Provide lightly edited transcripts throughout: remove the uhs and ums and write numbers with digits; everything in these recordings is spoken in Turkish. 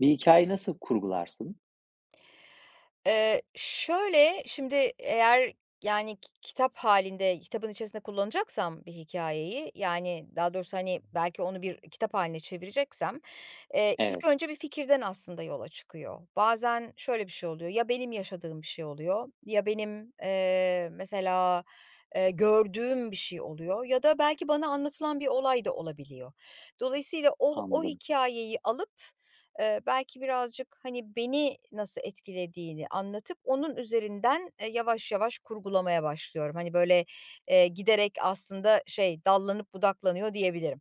Bir hikâyeyi nasıl kurgularsın? Şöyle, şimdi eğer, yani, ki kitap halinde kitabın içerisinde kullanacaksam bir hikayeyi, yani, daha doğrusu, hani, belki onu bir kitap haline çevireceksem, ilk Evet, önce bir fikirden aslında yola çıkıyor. Bazen şöyle bir şey oluyor, ya benim yaşadığım bir şey oluyor ya benim, mesela, gördüğüm bir şey oluyor ya da belki bana anlatılan bir olay da olabiliyor. Dolayısıyla o anladım, hikâyeyi alıp, belki birazcık, hani, beni nasıl etkilediğini anlatıp onun üzerinden, yavaş yavaş kurgulamaya başlıyorum. Hani, böyle, giderek aslında şey, dallanıp budaklanıyor diyebilirim.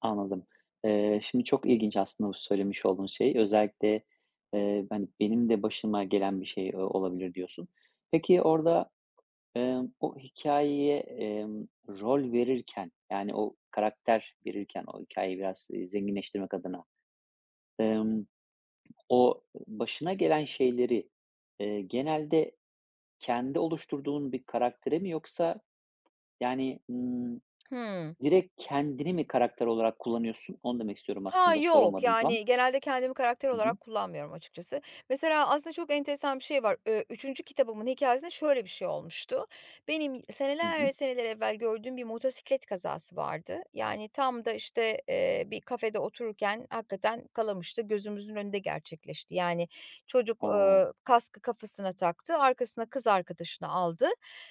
anladım. Şimdi çok ilginç aslında bu söylemiş olduğun şey. Özellikle, "Benim de başıma gelen bir şey, olabilir." diyorsun. Peki orada, o hikayeye rol verirken, o karakter verirken, o hikayeyi biraz, zenginleştirmek adına, emm, o başına gelen şeyleri, genelde kendi oluşturduğun bir karaktere mi yoksa, yani, hmm, Hımm. direkt kendini mi karakter olarak kullanıyorsun? Onu demek istiyorum Ha, aslında, yok. soramadım tam. Yani, genelde kendimi karakter Hı hı. olarak kullanmıyorum açıkçası. Mesela aslında çok enteresan bir şey var. 3. kitabımın hikayesinde şöyle bir şey olmuştu. Benim Hı seneler hı. seneler evvel gördüğüm bir motosiklet kazası vardı. Yani, tam da, işte, bir kafede otururken hakikaten kalamıştı. Gözümüzün önünde gerçekleşti. Yani, çocuk, O! Kaskı kafasına taktı, arkasına kız arkadaşını aldı,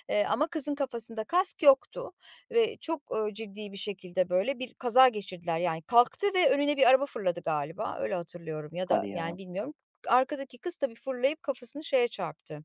ama kızın kafasında kask yoktu ve çok, ciddi bir şekilde, böyle, bir kaza geçirdiler. Yani kalktı ve önüne bir araba fırladı galiba, öyle hatırlıyorum ya da, Hadi yani, ya, bilmiyorum. Arkadaki kız tabii fırlayıp kafasını şeye çarptı.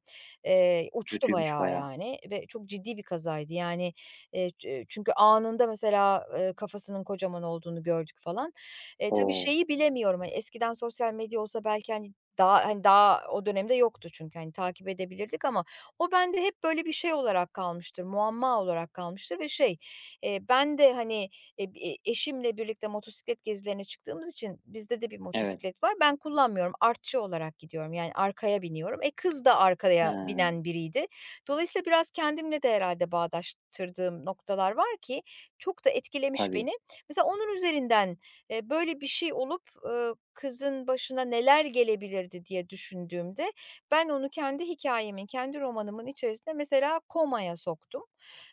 Uçtu kötüymüş bayağı, bayağı. yani, ve çok ciddi bir kazaydı. Yani, ç çünkü anında mesela, kafasının kocaman olduğunu gördük falan. Tabii Oo. şeyi bilemiyorum, hani, eskiden sosyal medya olsa belki, hani, daha, hani, daha o dönemde yoktu çünkü, hani, takip edebilirdik ama o bende hep böyle bir şey olarak kalmıştır, muamma olarak kalmıştır ve şey. Ben de, hani, b eşimle birlikte motosiklet gezilerine çıktığımız için bizde de bir Evet. motosiklet var. Ben kullanmıyorum, artçı olarak gidiyorum, yani, arkaya biniyorum. Kız da He, arkaya binen biriydi. Dolayısıyla biraz kendimle de herhalde bağdaştırdığım noktalar var ki çok da etkilemiş tabii. beni. Mesela onun üzerinden, böyle bir şey olup, kızın başına neler gelebilirdi diye düşündüğümde ben onu kendi hikayemin, kendi romanımın içerisinde mesela komaya soktum.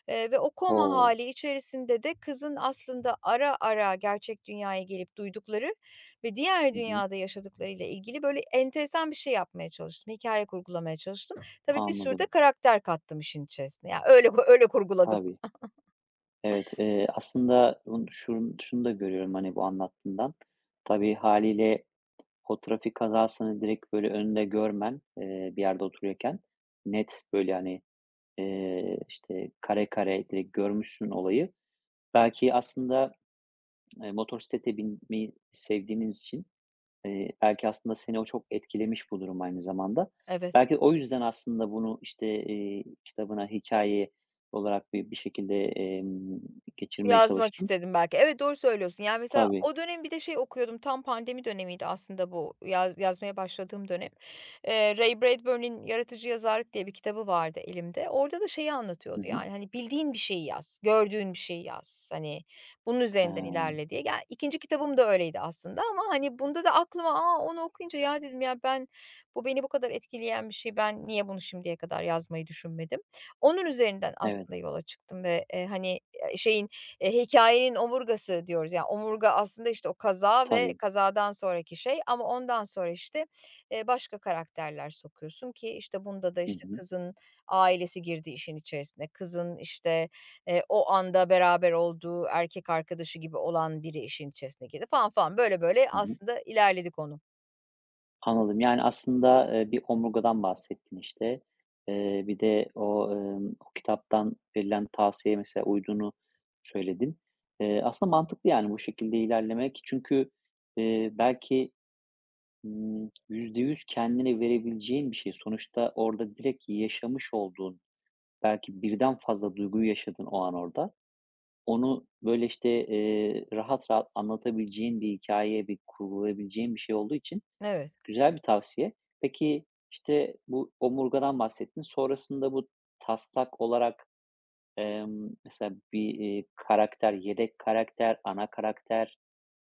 Ve o koma O! hali içerisinde de kızın aslında ara ara gerçek dünyaya gelip duydukları ve diğer Hı hı. dünyada yaşadıklarıyla ilgili böyle enteresan bir şey yapmaya çalıştım. Hikâye kurgulamaya çalıştım. Tabii bir sürü de Anladım. karakter kattım işin içerisine. Ya, öyle öyle kurguladım. Tabii. Evet, aslında bunu şunu da görüyorum, hani, bu anlattığından. Tabii haliyle o trafik kazasını direkt böyle önünde görmen, bir yerde oturuyorken net böyle, kare kare direkt görmüşsün olayı. Belki aslında motosiklete binmeyi sevdiğiniz için, belki aslında seni o çok etkilemiş bu durum aynı zamanda. Evet. Belki o yüzden aslında bunu, işte, kitabına hikaye olarak bir şekilde, geçirmeye Yazmak çalıştım. istedim belki. Evet, doğru söylüyorsun. Yani, mesela Tabii. o dönem bir de şey okuyordum, tam pandemi dönemiydi aslında bu yaz yazmaya başladığım dönem. Ray Bradbury'nin Yaratıcı Yazarlık diye bir kitabı vardı elimde. Orada da şeyi anlatıyordu, Hı hı. yani, hani, bildiğin bir şeyi yaz, gördüğün bir şeyi yaz, hani, bunun üzerinden He, ilerle diye. Yani ikinci kitabım da öyleydi aslında ama, hani, bunda da aklıma, "aa onu okuyunca ya" dedim, "Ya, bu beni bu kadar etkileyen bir şey, ben niye bunu şimdiye kadar yazmayı düşünmedim?" Onun üzerinden evet, aslında yola çıktım ve, hani, şeyin hikâyenin omurgası diyoruz. Yani, omurga aslında, işte, o kaza ve tabii. kazadan sonraki şey ama ondan sonra, işte, başka karakterler sokuyorsun ki, işte, bunda da, Hı işte, hı. kızın ailesi girdi işin içerisine. Kızın, işte, o anda beraber olduğu erkek arkadaşı gibi olan biri işin içerisine girdi falan falan. Böyle böyle Hı hı. aslında ilerledi konu. Anladım. Yani, aslında, bir omurgadan bahsettin, işte. Bir de o, o kitaptan verilen tavsiyeye mesela uyduğunu söyledin. Aslında mantıklı, yani, bu şekilde ilerlemek. Çünkü, belki, %100 kendine verebileceğin bir şey. Sonuçta orada direkt yaşamış olduğun, belki birden fazla duyguyu yaşadın o an orada. Onu, böyle, işte, rahat rahat anlatabileceğin bir hikâye, bir kurgulayabileceğin bir şey olduğu için Evet. güzel bir tavsiye. Peki, işte, bu omurgadan bahsettin. Sonrasında bu taslak olarak, mesela bir karakter, yedek karakter, ana karakter,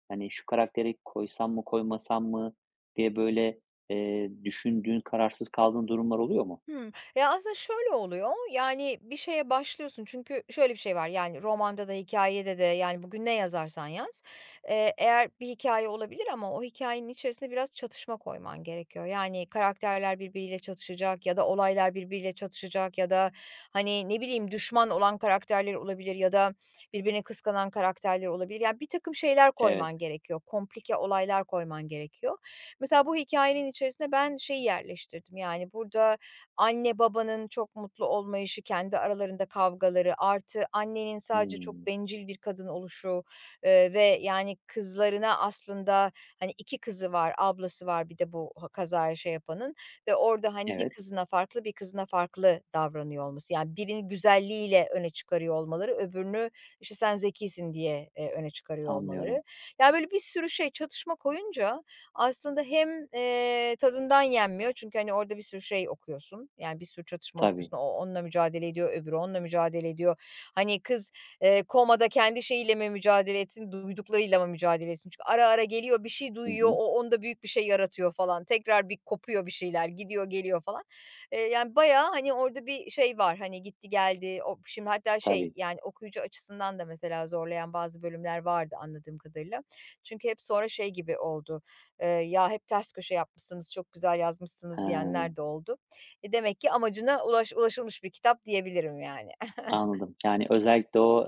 hani, şu karakteri koysam mı koymasam mı diye böyle, düşündüğün, kararsız kaldığın durumlar oluyor mu? Hımm. Ya, aslında şöyle oluyor, yani, bir şeye başlıyorsun çünkü şöyle bir şey var, yani, romanda da hikâyede de, yani, bugün ne yazarsan yaz, eğer bir hikâye olabilir ama o hikâyenin içerisine biraz çatışma koyman gerekiyor. Yani, karakterler birbiriyle çatışacak ya da olaylar birbiriyle çatışacak ya da, hani, ne bileyim, düşman olan karakterler olabilir ya da birbirini kıskanan karakterler olabilir. Yani, birtakım şeyler Evet. koyman gerekiyor, komplike olaylar koyman gerekiyor. Mesela bu hikâyenin içerisine ben şeyi yerleştirdim, yani, burada anne babanın çok mutlu olmayışı, kendi aralarında kavgaları artı annenin sadece çok Hımm. bencil bir kadın oluşu, ve yani kızlarına aslında, hani, 2 kızı var, ablası var bir de bu ha kazaya şey yapanın ve orada, hani, bir Evet, kızına farklı, bir kızına farklı davranıyor olması. Yani birini güzelliğiyle öne çıkarıyor olmaları, öbürünü, işte, "Sen zekisin." diye, öne çıkarıyor olmaları. anlıyorum. Yani böyle bir sürü şey çatışma koyunca aslında hem, tadından yenmiyor çünkü, hani, orada bir sürü şey okuyorsun. Yani, bir sürü çatışma Tabii. okuyorsun. O onunla mücadele ediyor, öbürü onunla mücadele ediyor. Hani, kız, komada kendi şeyiyle mi mücadele etsin, duyduklarıyla mı mücadele etsin? Çünkü ara ara geliyor, bir şey Hı duyuyor, hı. o onda büyük bir şey yaratıyor falan. Tekrar bir kopuyor bir şeyler, gidiyor geliyor falan. Yani, bayağı, hani, orada bir şey var, hani, gitti geldi. O şimdi hatta şey, Tabii. yani, okuyucu açısından da mesela zorlayan bazı bölümler vardı anladığım kadarıyla. Çünkü hep sonra şey gibi oldu. "Ya, hep ters köşe yapmışsınız, çok güzel yazmışsınız." He, diyenler de oldu. Demek ki amacına ulaşılmış bir kitap diyebilirim yani. anladım. Yani özellikle o,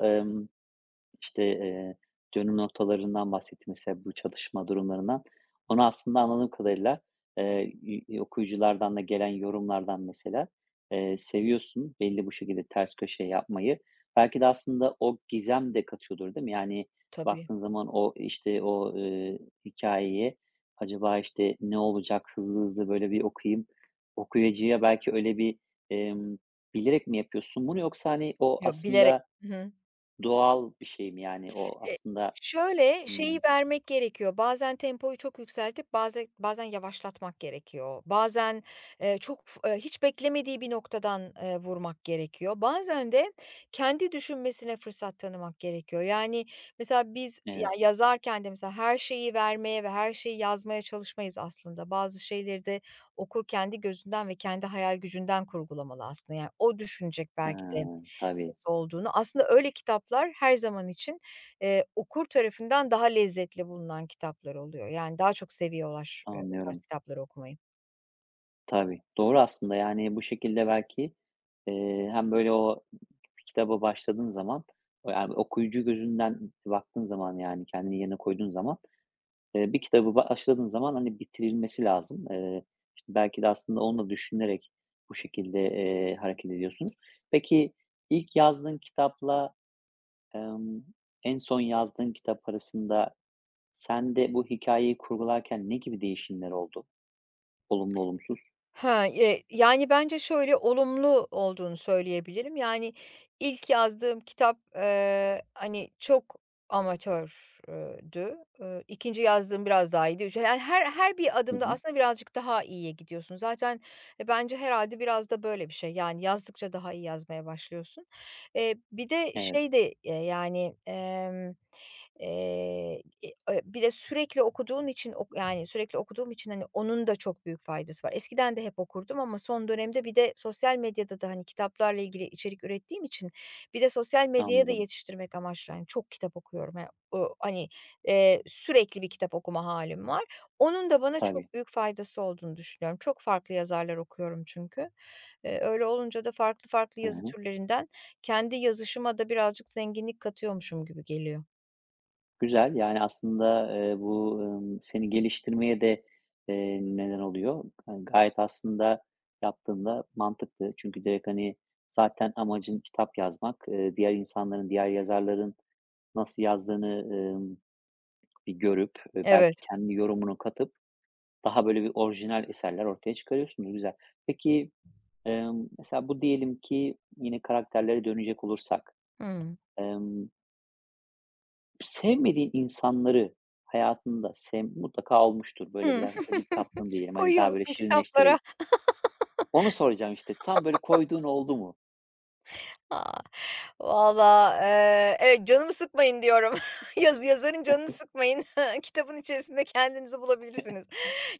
İşte, dönüm noktalarından bahsettin mesela bu çalışma durumlarından. Onu aslında anladığım kadarıyla, eee, y okuyuculardan da gelen yorumlardan mesela, seviyorsun belli bu şekilde ters köşe yapmayı. Belki de aslında o gizem de katıyordur, değil mi? Yani, Tabii. baktığın zaman o, işte, o hikâyeye acaba, işte, ne olacak, hızlı hızlı böyle bir okuyayım. Okuyucuya belki öyle bir, emm, bilerek mi yapıyorsun bunu yoksa, hani, o Yo, bilerek. aslında, Hı hı. doğal bir şey mi yani o Eee, aslında? Şöyle, şeyi Hımm, vermek gerekiyor, bazen tempoyu çok yükseltip bazen yavaşlatmak gerekiyor. Bazen, çok f hiç beklemediği bir noktadan, vurmak gerekiyor. Bazen de kendi düşünmesine fırsat tanımak gerekiyor. Yani, mesela biz ya, evet. yazarken de mesela her şeyi vermeye ve her şeyi yazmaya çalışmayız aslında. Bazı şeyleri de okur kendi gözünden ve kendi hayal gücünden kurgulamalı aslında. Yani, o düşünecek He, belki de tabii, nasıl olduğunu. Aslında öyle kitaplar her zaman için, okur tarafından daha lezzetli bulunan kitaplar oluyor. Yani daha çok seviyorlar, o tarz anlıyorum. kitapları okumayı. Tabii, doğru aslında yani bu şekilde belki, hem böyle o kitaba başladığın zaman, o yani okuyucu gözünden baktığın zaman yani kendini yerine koyduğun zaman, bir kitabı başladığın zaman hani bitirilmesi lazım. İşte belki de aslında onu da düşünerek bu şekilde, hareket ediyorsunuz. Peki ilk yazdığın kitapla, emm, en son yazdığın kitap arasında sen de bu hikayeyi kurgularken ne gibi değişimler oldu? Olumlu, olumsuz. Ha, yani, bence şöyle, olumlu olduğunu söyleyebilirim. Yani, ilk yazdığım kitap, hani, çok amatördü. Dü. Yazdığım biraz daha iyiydi. Üç yani, her bir Hı adımda hı. aslında birazcık daha iyiye gidiyorsun. Zaten, bence herhalde biraz da böyle bir şey. Yani, yazdıkça daha iyi yazmaya başlıyorsun. Bir de Evet, şey de, yani, Eee, e bir de sürekli okuduğun için yani, sürekli okuduğum için, hani, onun da çok büyük faydası var. Eskiden de hep okurdum ama son dönemde bir de sosyal medyada da, hani, kitaplarla ilgili içerik ürettiğim için bir de sosyal medyaya da anladım. yetiştirmek amaçlı, hani, çok kitap okuyorum. Ya, o, hani, sürekli bir kitap okuma halim var. Onun da bana Tabii. çok büyük faydası olduğunu düşünüyorum. Çok farklı yazarlar okuyorum çünkü. Öyle olunca da farklı farklı Hı yazı hı. türlerinden kendi yazışıma da birazcık zenginlik katıyormuşum gibi geliyor. Güzel, yani, aslında, bu, seni geliştirmeye de, neden oluyor. Hani, gayet aslında yaptığında mantıklı. Çünkü direkt, hani, zaten amacın kitap yazmak. Diğer insanların, diğer yazarların nasıl yazdığını, bir görüp, belki Evet. kendi yorumunu katıp daha böyle bir orijinal eserler ortaya çıkarıyorsunuz. Güzel. Peki, mesela bu diyelim ki yine karakterlere dönecek olursak, Hımm. emm, sevmediğin insanları hayatında mutlaka olmuştur, böyle Hımm. biraz acık kaptın diyelim, hani, Koyuyor daha böyle musun kitaplara? şirinleştireyim. Onu soracağım, işte, tam böyle koyduğun oldu mu? A! Valla, evet, canımı sıkmayın diyorum. Yazarın canını sıkmayın. Kitabın içerisinde kendinizi bulabilirsiniz.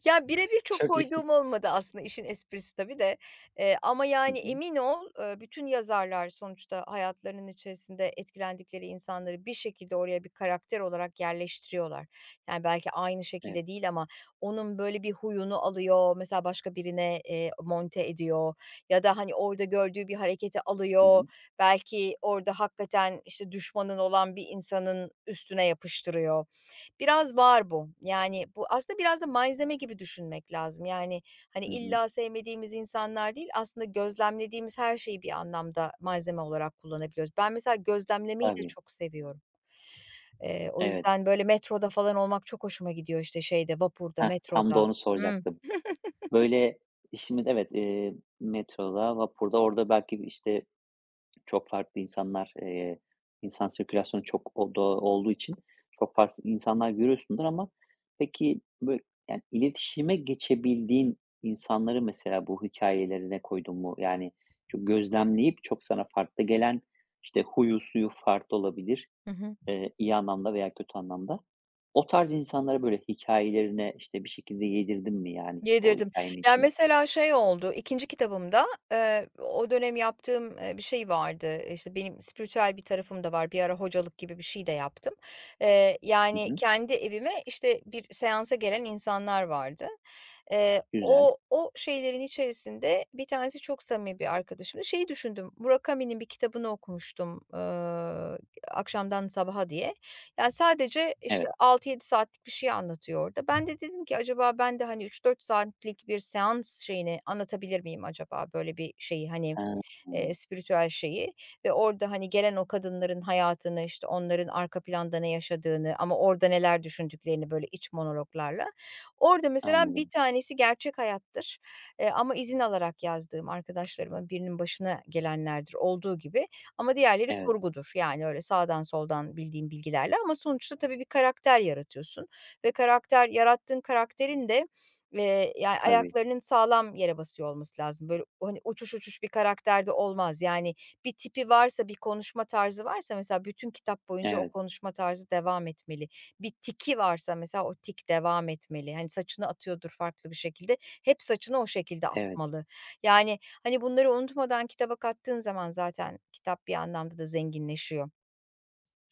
Ya, birebir çok Çok iyi. koyduğum olmadı aslında işin esprisi tabii de, ama Hı yani hı. emin ol, bütün yazarlar sonuçta hayatlarının içerisinde etkilendikleri insanları bir şekilde oraya bir karakter olarak yerleştiriyorlar. Yani belki aynı Evet. şekilde değil ama onun böyle bir huyunu alıyor, mesela başka birine, monte ediyor ya da, hani, orada gördüğü bir hareketi Hı alıyor. hı. Belki orada hakikaten, işte, düşmanın olan bir insanın üstüne yapıştırıyor. Biraz var bu. Yani, bu aslında biraz da malzeme gibi düşünmek lazım. Yani, hani, Hı hı. illa sevmediğimiz insanlar değil, aslında gözlemlediğimiz her şeyi bir anlamda malzeme olarak kullanabiliyoruz. Ben mesela gözlemlemeyi de Tabii. çok seviyorum. O Evet. yüzden, böyle, metroda falan olmak çok hoşuma gidiyor, işte, şeyde, vapurda, Heh, tam da metroda. onu Hıı. soracaktım. Böyle, şimdi evet, metroda, vapurda, orada belki, işte, çok farklı insanlar, insan sirkülasyonu çok o da olduğu için çok farklı insanlar görüyorsundur ama peki, böyle, yani, iletişime geçebildiğin insanları mesela bu hikayelerine koydun mu? Yani, çok gözlemleyip çok sana farklı gelen, işte, huyu suyu farklı olabilir, Hı hı. İyi anlamda veya kötü anlamda. O tarz insanlara, böyle, hikayelerine işte, bir şekilde yedirdin mi, yani, o Yedirdim. hikâyenin Yani içine? mesela şey oldu, 2. kitabımda, o dönem yaptığım, bir şey vardı. İşte, benim spiritüel bir tarafım da var. Bir ara hocalık gibi bir şey de yaptım. Hı Yani, hı. kendi evime, işte, bir seansa gelen insanlar vardı. Eee, Güzel. o o şeylerin içerisinde bir tanesi çok samimi bir arkadaşımdı. Şeyi düşündüm, Murakami'nin bir kitabını okumuştum, "Akşamdan Sabaha" diye. Yani sadece, işte, Evet. 6-7 saatlik bir şey anlatıyor orada. Ben de dedim ki acaba ben de, hani, 3-4 saatlik bir seans şeyini anlatabilir miyim acaba böyle bir şeyi, hani, Ha, hı. spiritüel şeyi ve orada, hani, gelen o kadınların hayatını, işte, onların arka planda ne yaşadığını ama orada neler düşündüklerini, böyle, iç monologlarla. Orada mesela bir Anladım. tanesi gerçek hayattır, ama izin alarak yazdığım arkadaşlarımın birinin başına gelenlerdir olduğu gibi ama diğerleri Evet, kurgudur. Yani öyle sağdan soldan bildiğim bilgilerle ama sonuçta tabii bir karakter yaratıyorsun ve karakter yarattığın karakterin de yani, tabii. ayaklarının sağlam yere basıyor olması lazım. Böyle, hani, uçuş uçuş bir karakterde olmaz. Yani, bir tipi varsa, bir konuşma tarzı varsa mesela bütün kitap boyunca o Evet. konuşma tarzı devam etmeli. Bir tiki varsa mesela o tik devam etmeli. Hani, saçını atıyordur farklı bir şekilde, hep saçını o şekilde Evet, atmalı. Yani, hani, bunları unutmadan kitaba kattığın zaman zaten kitap bir anlamda da zenginleşiyor.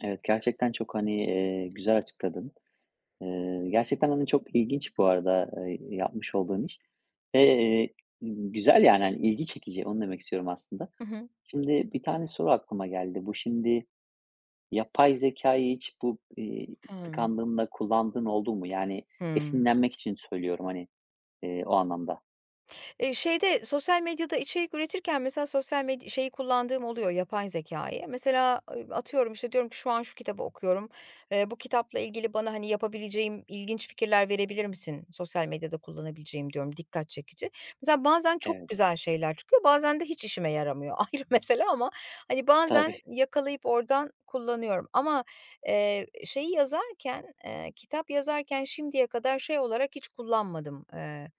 evet, gerçekten çok, hani, güzel açıkladın. Gerçekten, hani, çok ilginç bu arada, yapmış olduğun iş ve, güzel, yani, hani, ilgi çekici, onu demek istiyorum aslında. Hı hı. Şimdi bir tane soru aklıma geldi. Bu şimdi yapay zekayı hiç Hımm. tıkandığında kullandığın oldu mu? Yani Hımm. esinlenmek için söylüyorum, hani, o anlamda. Şeyde, sosyal medyada içerik üretirken mesela sosyal şeyi kullandığım oluyor, yapay zekayı. Mesela, atıyorum, işte, diyorum ki şu an şu kitabı okuyorum. Bu kitapla ilgili bana, hani, yapabileceğim ilginç fikirler verebilir misin? Sosyal medyada kullanabileceğim diyorum, dikkat çekici. Mesela bazen çok Evet, güzel şeyler çıkıyor, bazen de hiç işime yaramıyor. Ayrı mesele ama, hani, bazen tabii. yakalayıp oradan kullanıyorum. Ama, şeyi yazarken, kitap yazarken şimdiye kadar şey olarak hiç kullanmadım.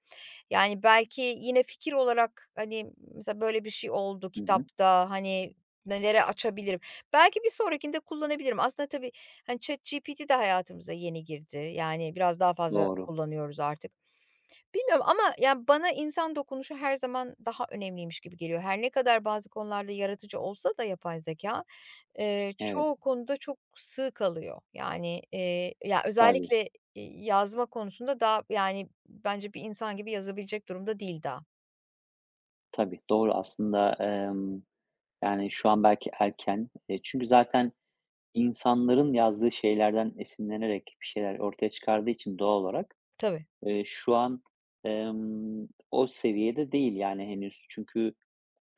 Yani, belki yine fikir olarak, hani, mesela böyle bir şey oldu Hı hı. kitapta, hani, nelere açabilirim? Belki bir sonrakinde kullanabilirim. Aslında tabii, hani, ChatGPT de hayatımıza yeni girdi. Yani, biraz daha fazla Doğru. kullanıyoruz artık. Bilmiyorum ama yani bana insan dokunuşu her zaman daha önemliymiş gibi geliyor. Her ne kadar bazı konularda yaratıcı olsa da yapay zeka, Evet, çoğu konuda çok sığ kalıyor. Yani, ya, tabii. özellikle, yazma konusunda daha, yani, bence bir insan gibi yazabilecek durumda değil daha. Tabii, doğru. Aslında, yani, şu an belki erken. Çünkü zaten insanların yazdığı şeylerden esinlenerek bir şeyler ortaya çıkardığı için doğal olarak, Tabii. Şu an, o seviyede değil, yani, henüz. Çünkü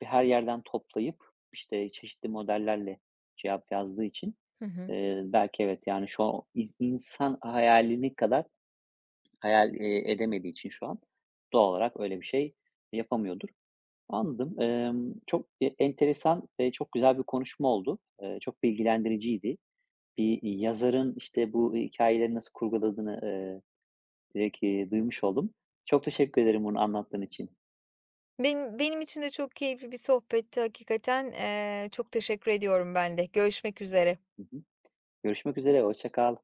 her yerden toplayıp, işte, çeşitli modellerle cevap yazdığı için, Hı hı. Belki evet, yani, şu an insan hayalini kadar hayal, edemediği için şu an doğal olarak öyle bir şey yapamıyordur. Anladım. Çok, enteresan ve çok güzel bir konuşma oldu. Çok bilgilendiriciydi. Bir yazarın, işte, bu hikayeleri nasıl kurguladığını, direkt, duymuş oldum. Çok teşekkür ederim bunu anlattığın için. Benim için de çok keyifli bir sohbetti hakikaten. Çok teşekkür ediyorum ben de. Görüşmek üzere. Hı hı. Görüşmek üzere, hoşça kal.